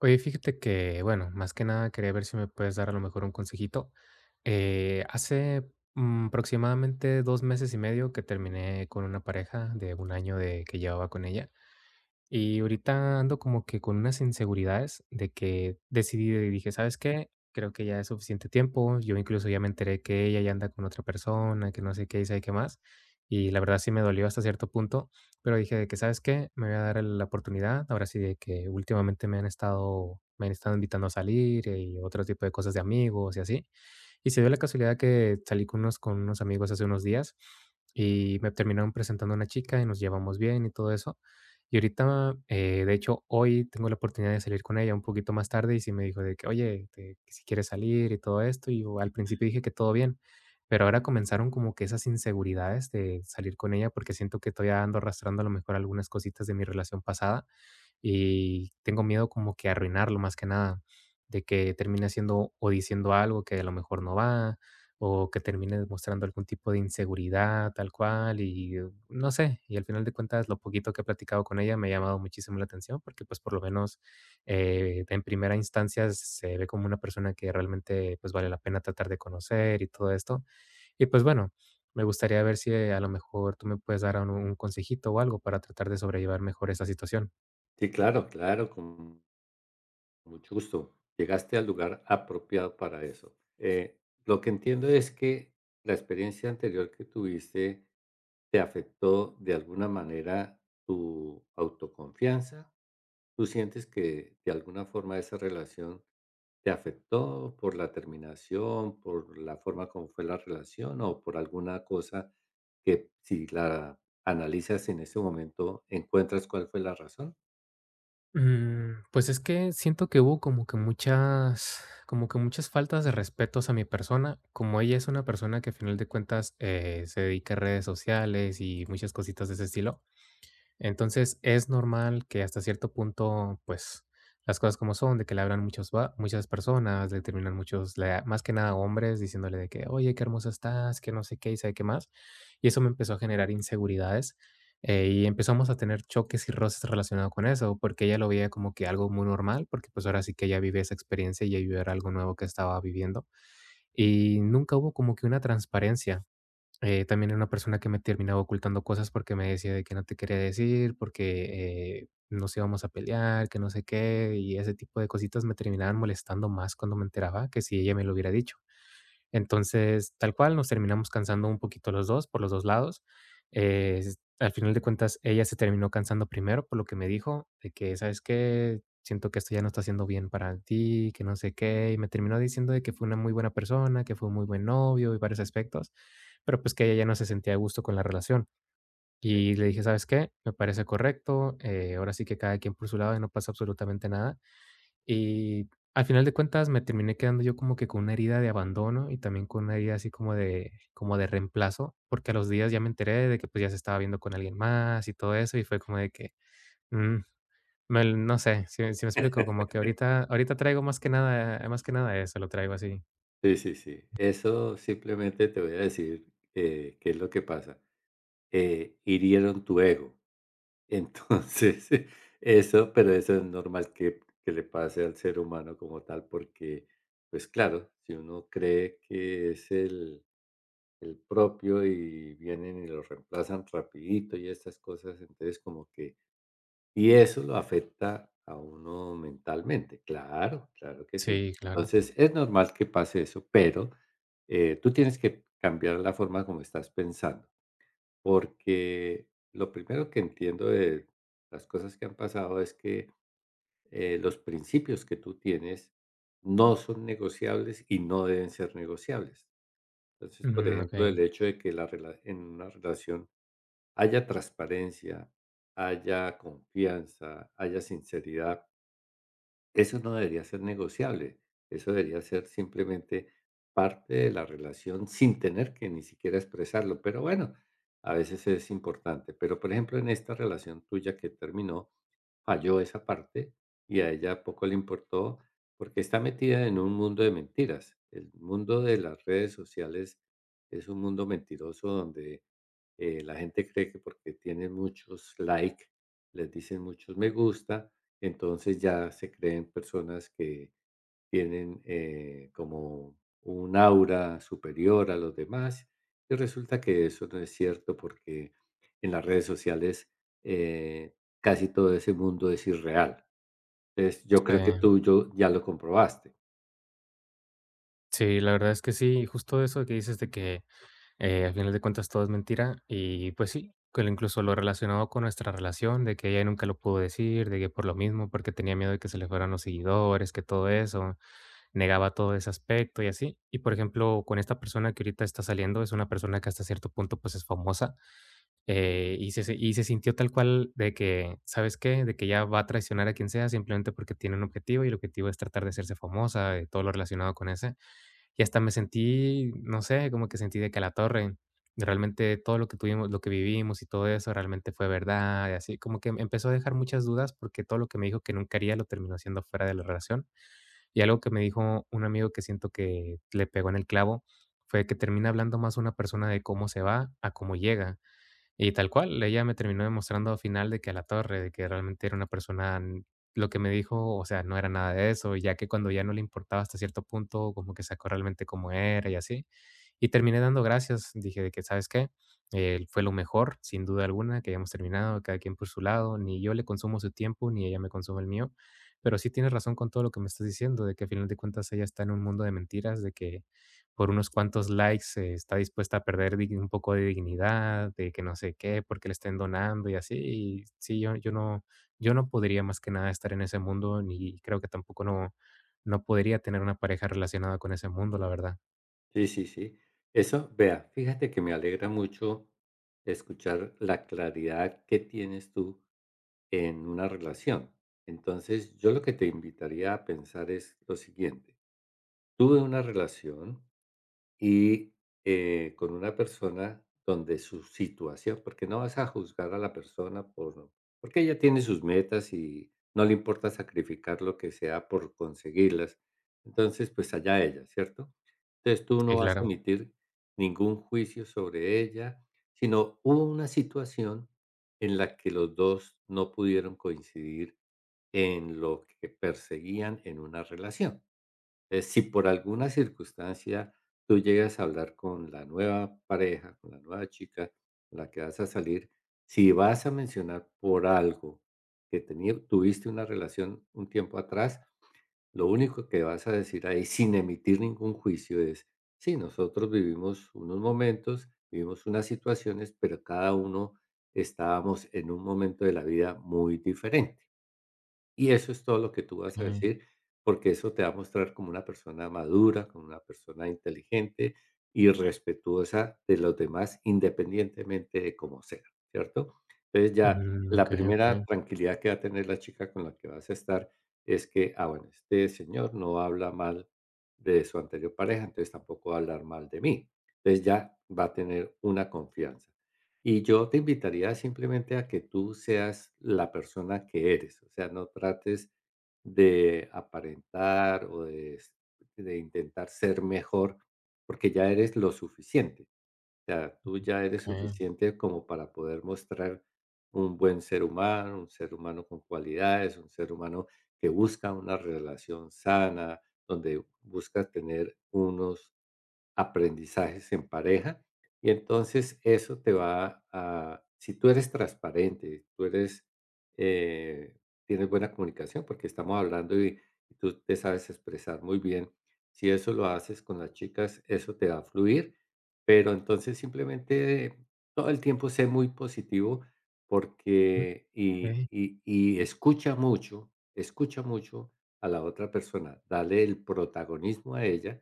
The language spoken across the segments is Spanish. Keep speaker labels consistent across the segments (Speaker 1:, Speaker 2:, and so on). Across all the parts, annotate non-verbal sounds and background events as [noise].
Speaker 1: Oye, fíjate que, bueno, más que nada quería ver si me puedes dar a lo mejor un consejito. Hace aproximadamente dos meses y medio que terminé con una pareja de un año de que llevaba con ella. Y ahorita ando como que con unas inseguridades de que decidí, de dije, ¿sabes qué? Creo que ya es suficiente tiempo. Yo incluso ya me enteré que ella ya anda con otra persona, que no sé qué y sabe qué más. Y la verdad sí me dolió hasta cierto punto, pero dije de que, ¿sabes qué? Me voy a dar la oportunidad. Ahora sí de que últimamente me han estado invitando a salir y otro tipo de cosas de amigos y así. Y se dio la casualidad que salí con unos amigos hace unos días, y me terminaron presentando a una chica, y nos llevamos bien y todo eso. Y ahorita, de hecho, hoy tengo la oportunidad de salir con ella un poquito más tarde, y sí me dijo de que: "Oye, que si quieres salir y todo esto", y yo al principio dije que todo bien, pero ahora comenzaron como que esas inseguridades de salir con ella, porque siento que todavía ando arrastrando a lo mejor algunas cositas de mi relación pasada y tengo miedo como que arruinarlo más que nada, de que termine haciendo o diciendo algo que a lo mejor no va, o que termine demostrando algún tipo de inseguridad tal cual y no sé, y al final de cuentas lo poquito que he platicado con ella me ha llamado muchísimo la atención porque pues por lo menos en primera instancia se ve como una persona que realmente pues vale la pena tratar de conocer y todo esto. Y pues bueno, me gustaría ver si a lo mejor tú me puedes dar un consejito o algo para tratar de sobrellevar mejor esa situación.
Speaker 2: Sí, claro, claro, con mucho gusto. Llegaste al lugar apropiado para eso. Lo que entiendo es que la experiencia anterior que tuviste te afectó de alguna manera tu autoconfianza. ¿Tú sientes que de alguna forma esa relación te afectó por la terminación, por la forma como fue la relación o por alguna cosa que si la analizas en ese momento encuentras cuál fue la razón?
Speaker 1: Pues es que siento que hubo como que muchas faltas de respetos a mi persona. Como ella es una persona que a final de cuentas se dedica a redes sociales y muchas cositas de ese estilo, entonces, es normal que hasta cierto punto, pues, las cosas como son, de que le hablan muchos va muchas personas, le terminan muchos, la más que nada hombres, diciéndole de que: "Oye, qué hermosa estás, que no sé qué", y sabe qué más. Y eso me empezó a generar inseguridades, y empezamos a tener choques y roces relacionados con eso, porque ella lo veía como que algo muy normal, porque, pues, ahora sí que ella vive esa experiencia y yo era algo nuevo que estaba viviendo. Y nunca hubo como que una transparencia. También era una persona que me terminaba ocultando cosas porque me decía de que no te quería decir, porque nos íbamos a pelear, que no sé qué, y ese tipo de cositas me terminaban molestando más cuando me enteraba que si ella me lo hubiera dicho. Entonces, tal cual, nos terminamos cansando un poquito los 2, por los 2 lados. S Al final de cuentas, ella se terminó cansando primero, por lo que me dijo, de que: "¿Sabes qué? Siento que esto ya no está haciendo bien para ti, que no sé qué". Y me terminó diciendo de que fue una muy buena persona, que fue un muy buen novio y varios aspectos, pero, pues, que ella ya no se sentía a gusto con la relación. Y le dije: "¿Sabes qué? Me parece correcto, ahora sí que cada quien por su lado y no pasa absolutamente nada". Y al final de cuentas me terminé quedando yo como que con una herida de abandono y también con una herida así como de reemplazo, porque a los días ya me enteré de que, pues, ya se estaba viendo con alguien más y todo eso, y fue como de que, mm, me no sé, si me explico, como que ahorita traigo más que nada eso, lo traigo así.
Speaker 2: Sí, sí, sí. Eso simplemente te voy a decir, qué es lo que pasa. Hirieron tu ego. Entonces, [laughs] eso, pero eso es normal que le pase al ser humano como tal, porque, pues claro, si uno cree que es el propio y vienen y lo reemplazan rapidito y estas cosas, entonces como que y eso lo afecta a uno mentalmente. Claro, claro que sí.
Speaker 1: Sí, claro.
Speaker 2: Entonces, es normal que pase eso, pero, tú tienes que cambiar la forma como estás pensando, porque lo primero que entiendo de las cosas que han pasado es que, los principios que tú tienes no son negociables y no deben ser negociables. Entonces, por
Speaker 1: Mm,
Speaker 2: ejemplo,
Speaker 1: okey.
Speaker 2: el hecho de que la rela en una relación haya transparencia, haya confianza, haya sinceridad, eso no debería ser negociable, eso debería ser simplemente parte de la relación sin tener que ni siquiera expresarlo, pero bueno, a veces es importante. Pero, por ejemplo, en esta relación tuya que terminó, falló esa parte y a ella poco le importó porque está metida en un mundo de mentiras. El mundo de las redes sociales es un mundo mentiroso donde la gente cree que porque tienen muchos like, les dicen muchos me gusta, entonces ya se creen personas que tienen como un aura superior a los demás y resulta que eso no es cierto porque en las redes sociales casi todo ese mundo es irreal. Entonces, yo
Speaker 1: Sí.
Speaker 2: creo que ya lo comprobaste.
Speaker 1: Sí, la verdad es que sí, justo eso que dices de que al final de cuentas todo es mentira y pues sí, que incluso lo relacionado con nuestra relación, de que ella nunca lo pudo decir, de que por lo mismo, porque tenía miedo de que se le fueran los seguidores, que todo eso, negaba todo ese aspecto y así. Y por ejemplo, con esta persona que ahorita está saliendo, es una persona que hasta cierto punto pues es famosa y, y se sintió tal cual de que, ¿sabes qué? De que ya va a traicionar a quien sea simplemente porque tiene un objetivo y el objetivo es tratar de hacerse famosa, de todo lo relacionado con ese. Y hasta me sentí, no sé, como que sentí de que a la torre, realmente todo lo que tuvimos, lo que vivimos y todo eso realmente fue verdad, y así como que me empezó a dejar muchas dudas porque todo lo que me dijo que nunca haría lo terminó haciendo fuera de la relación. Y algo que me dijo un amigo que siento que le pegó en el clavo fue que termina hablando más una persona de cómo se va a cómo llega. Y tal cual, ella me terminó demostrando al final de que a la torre, de que realmente era una persona, lo que me dijo, o sea, no era nada de eso, ya que cuando ya no le importaba hasta cierto punto, como que sacó realmente cómo era y así. Y terminé dando gracias, dije de que, ¿sabes qué? Fue lo mejor, sin duda alguna, que hayamos terminado, cada quien por su lado, ni yo le consumo su tiempo, ni ella me consume el mío, pero sí tienes razón con todo lo que me estás diciendo, de que al final de cuentas ella está en un mundo de mentiras, de que por unos cuantos likes está dispuesta a perder un poco de dignidad, de que no sé qué, porque le estén donando y así. Y sí, yo no, yo no podría más que nada estar en ese mundo, ni creo que tampoco no, no podría tener una pareja relacionada con ese mundo, la verdad.
Speaker 2: Sí, sí, sí. Eso, vea, fíjate que me alegra mucho escuchar la claridad que tienes tú en una relación. Entonces, yo lo que te invitaría a pensar es lo siguiente, tuve una relación, y, con una persona donde su situación porque no vas a juzgar a la persona por porque ella tiene sus metas y no le importa sacrificar lo que sea por conseguirlas. Entonces, pues, allá ella, ¿cierto? Entonces, tú
Speaker 1: Sí,
Speaker 2: no vas a
Speaker 1: claro.
Speaker 2: emitir ningún juicio sobre ella, sino hubo una situación en la que los 2 no pudieron coincidir en lo que perseguían en una relación. Si por alguna circunstancia tú llegas a hablar con la nueva pareja, con la nueva chica con la que vas a salir, si vas a mencionar por algo que tuviste una relación un tiempo atrás, lo único que vas a decir ahí sin emitir ningún juicio es, sí, nosotros vivimos unos momentos, vivimos unas situaciones, pero cada uno estábamos en un momento de la vida muy diferente. Y eso es todo lo que tú vas a
Speaker 1: Ok.
Speaker 2: decir, porque eso te va a mostrar como una persona madura, como una persona inteligente y respetuosa de los demás, independientemente de cómo sea, ¿cierto? Entonces, ya
Speaker 1: Mm,
Speaker 2: la
Speaker 1: ok,
Speaker 2: primera
Speaker 1: ok,
Speaker 2: tranquilidad que va a tener la chica con la que vas a estar es que, ah, bueno, este señor no habla mal de su anterior pareja, entonces tampoco va a hablar mal de mí. Entonces, ya va a tener una confianza. Y yo te invitaría simplemente a que tú seas la persona que eres, o sea, no trates de aparentar o de intentar ser mejor, porque ya eres lo suficiente. O sea, tú ya
Speaker 1: ok,
Speaker 2: eres suficiente como para poder mostrar un buen ser humano, un ser humano con cualidades, un ser humano que busca una relación sana, donde buscas tener unos aprendizajes en pareja y entonces eso te va a si tú eres transparente, tú eres, eh, tienes buena comunicación, porque estamos hablando y tú te sabes expresar muy bien, si eso lo haces con las chicas, eso te va a fluir, pero entonces simplemente todo el tiempo sé muy positivo
Speaker 1: mm,
Speaker 2: porque
Speaker 1: ok,
Speaker 2: y escucha mucho a la otra persona, dale el protagonismo a ella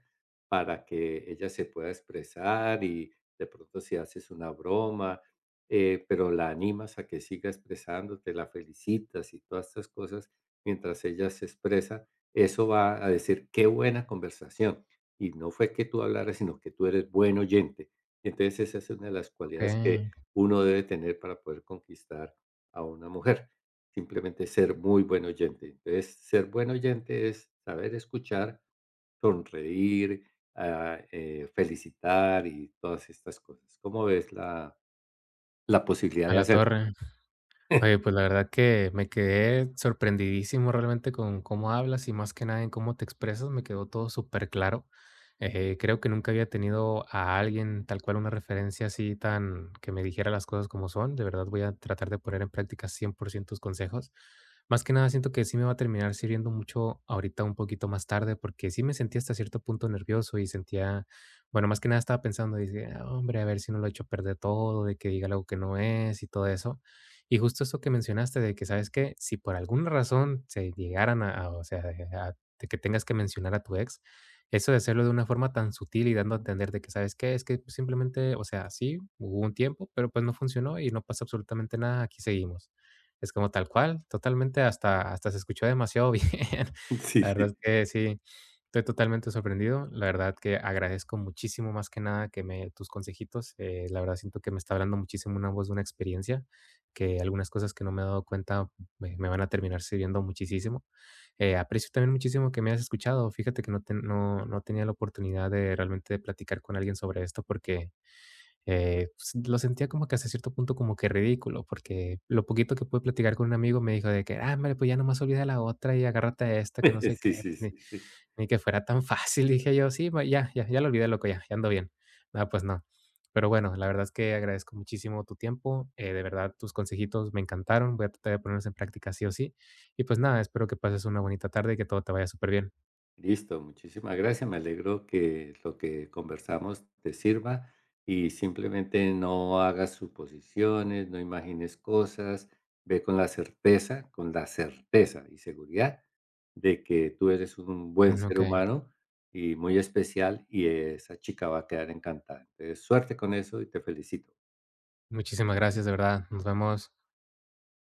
Speaker 2: para que ella se pueda expresar y de pronto si haces una broma, pero la animas a que siga expresándote, la felicitas y todas estas cosas, mientras ella se expresa, eso va a decir, qué buena conversación. Y no fue que tú hablaras, sino que tú eres buen oyente. Entonces esa es una de las cualidades que
Speaker 1: ok.
Speaker 2: uno debe tener para poder conquistar a una mujer. Simplemente ser muy buen oyente. Entonces, ser buen oyente es saber escuchar, sonreír, felicitar y todas estas cosas. ¿Cómo ves la posibilidad
Speaker 1: A
Speaker 2: de
Speaker 1: la
Speaker 2: hacerlo?
Speaker 1: torre. Oye, pues la verdad que me quedé sorprendidísimo realmente con cómo hablas y más que nada en cómo te expresas, me quedó todo súper claro. Creo que nunca había tenido a alguien tal cual una referencia así tan que me dijera las cosas como son. De verdad voy a tratar de poner en práctica 100% tus consejos. Más que nada siento que sí me va a terminar sirviendo mucho ahorita un poquito más tarde porque sí me sentía hasta cierto punto nervioso y sentía, bueno, más que nada estaba pensando, dije, "Ah, hombre, a ver si no lo he hecho perder todo, de que diga algo que no es y todo eso. Y justo eso que mencionaste de que, ¿sabes qué? Si por alguna razón se llegaran o sea, a de que tengas que mencionar a tu ex, eso de hacerlo de una forma tan sutil y dando a entender de que, ¿sabes qué? Es que simplemente, o sea, sí, hubo un tiempo, pero pues no funcionó y no pasa absolutamente nada, aquí seguimos. Es como tal cual, totalmente hasta se escuchó demasiado [laughs] bien.
Speaker 2: [laughs] Sí,
Speaker 1: La verdad
Speaker 2: sí.
Speaker 1: es que sí, estoy totalmente sorprendido. La verdad que agradezco muchísimo más que nada que me tus consejitos. La verdad siento que me está hablando muchísimo una voz de una experiencia que algunas cosas que no me he dado cuenta me van a terminar sirviendo muchísimo. Aprecio también muchísimo que me hayas escuchado. Fíjate que no, no, no tenía la oportunidad de realmente de platicar con alguien sobre esto porque eh, pues, lo sentía como que hasta cierto punto como que ridículo, porque lo poquito que pude platicar con un amigo me dijo de que, ah, hombre, pues ya nomás olvida la otra y agárrate a esta, que no sé
Speaker 2: [laughs] Sí,
Speaker 1: qué.
Speaker 2: sí, sí, sí.
Speaker 1: Ni que fuera tan fácil, dije yo, sí, va, ya lo olvidé, loco, ya ando bien. Nada pues no. Pero bueno, la verdad es que agradezco muchísimo tu tiempo. De verdad, tus consejitos me encantaron. Voy a tratar de ponerlos en práctica sí o sí. Y pues nada, espero que pases una bonita tarde y que todo te vaya súper bien.
Speaker 2: Listo, muchísimas gracias. Me alegro que lo que conversamos te sirva y simplemente no hagas suposiciones, no imagines cosas, ve con la certeza y seguridad de que tú eres un buen
Speaker 1: Mm,
Speaker 2: ser
Speaker 1: ok,
Speaker 2: humano y muy especial y esa chica va a quedar encantada. Entonces, suerte con eso y te felicito.
Speaker 1: muchísimas gracias, de verdad. Nos vemos.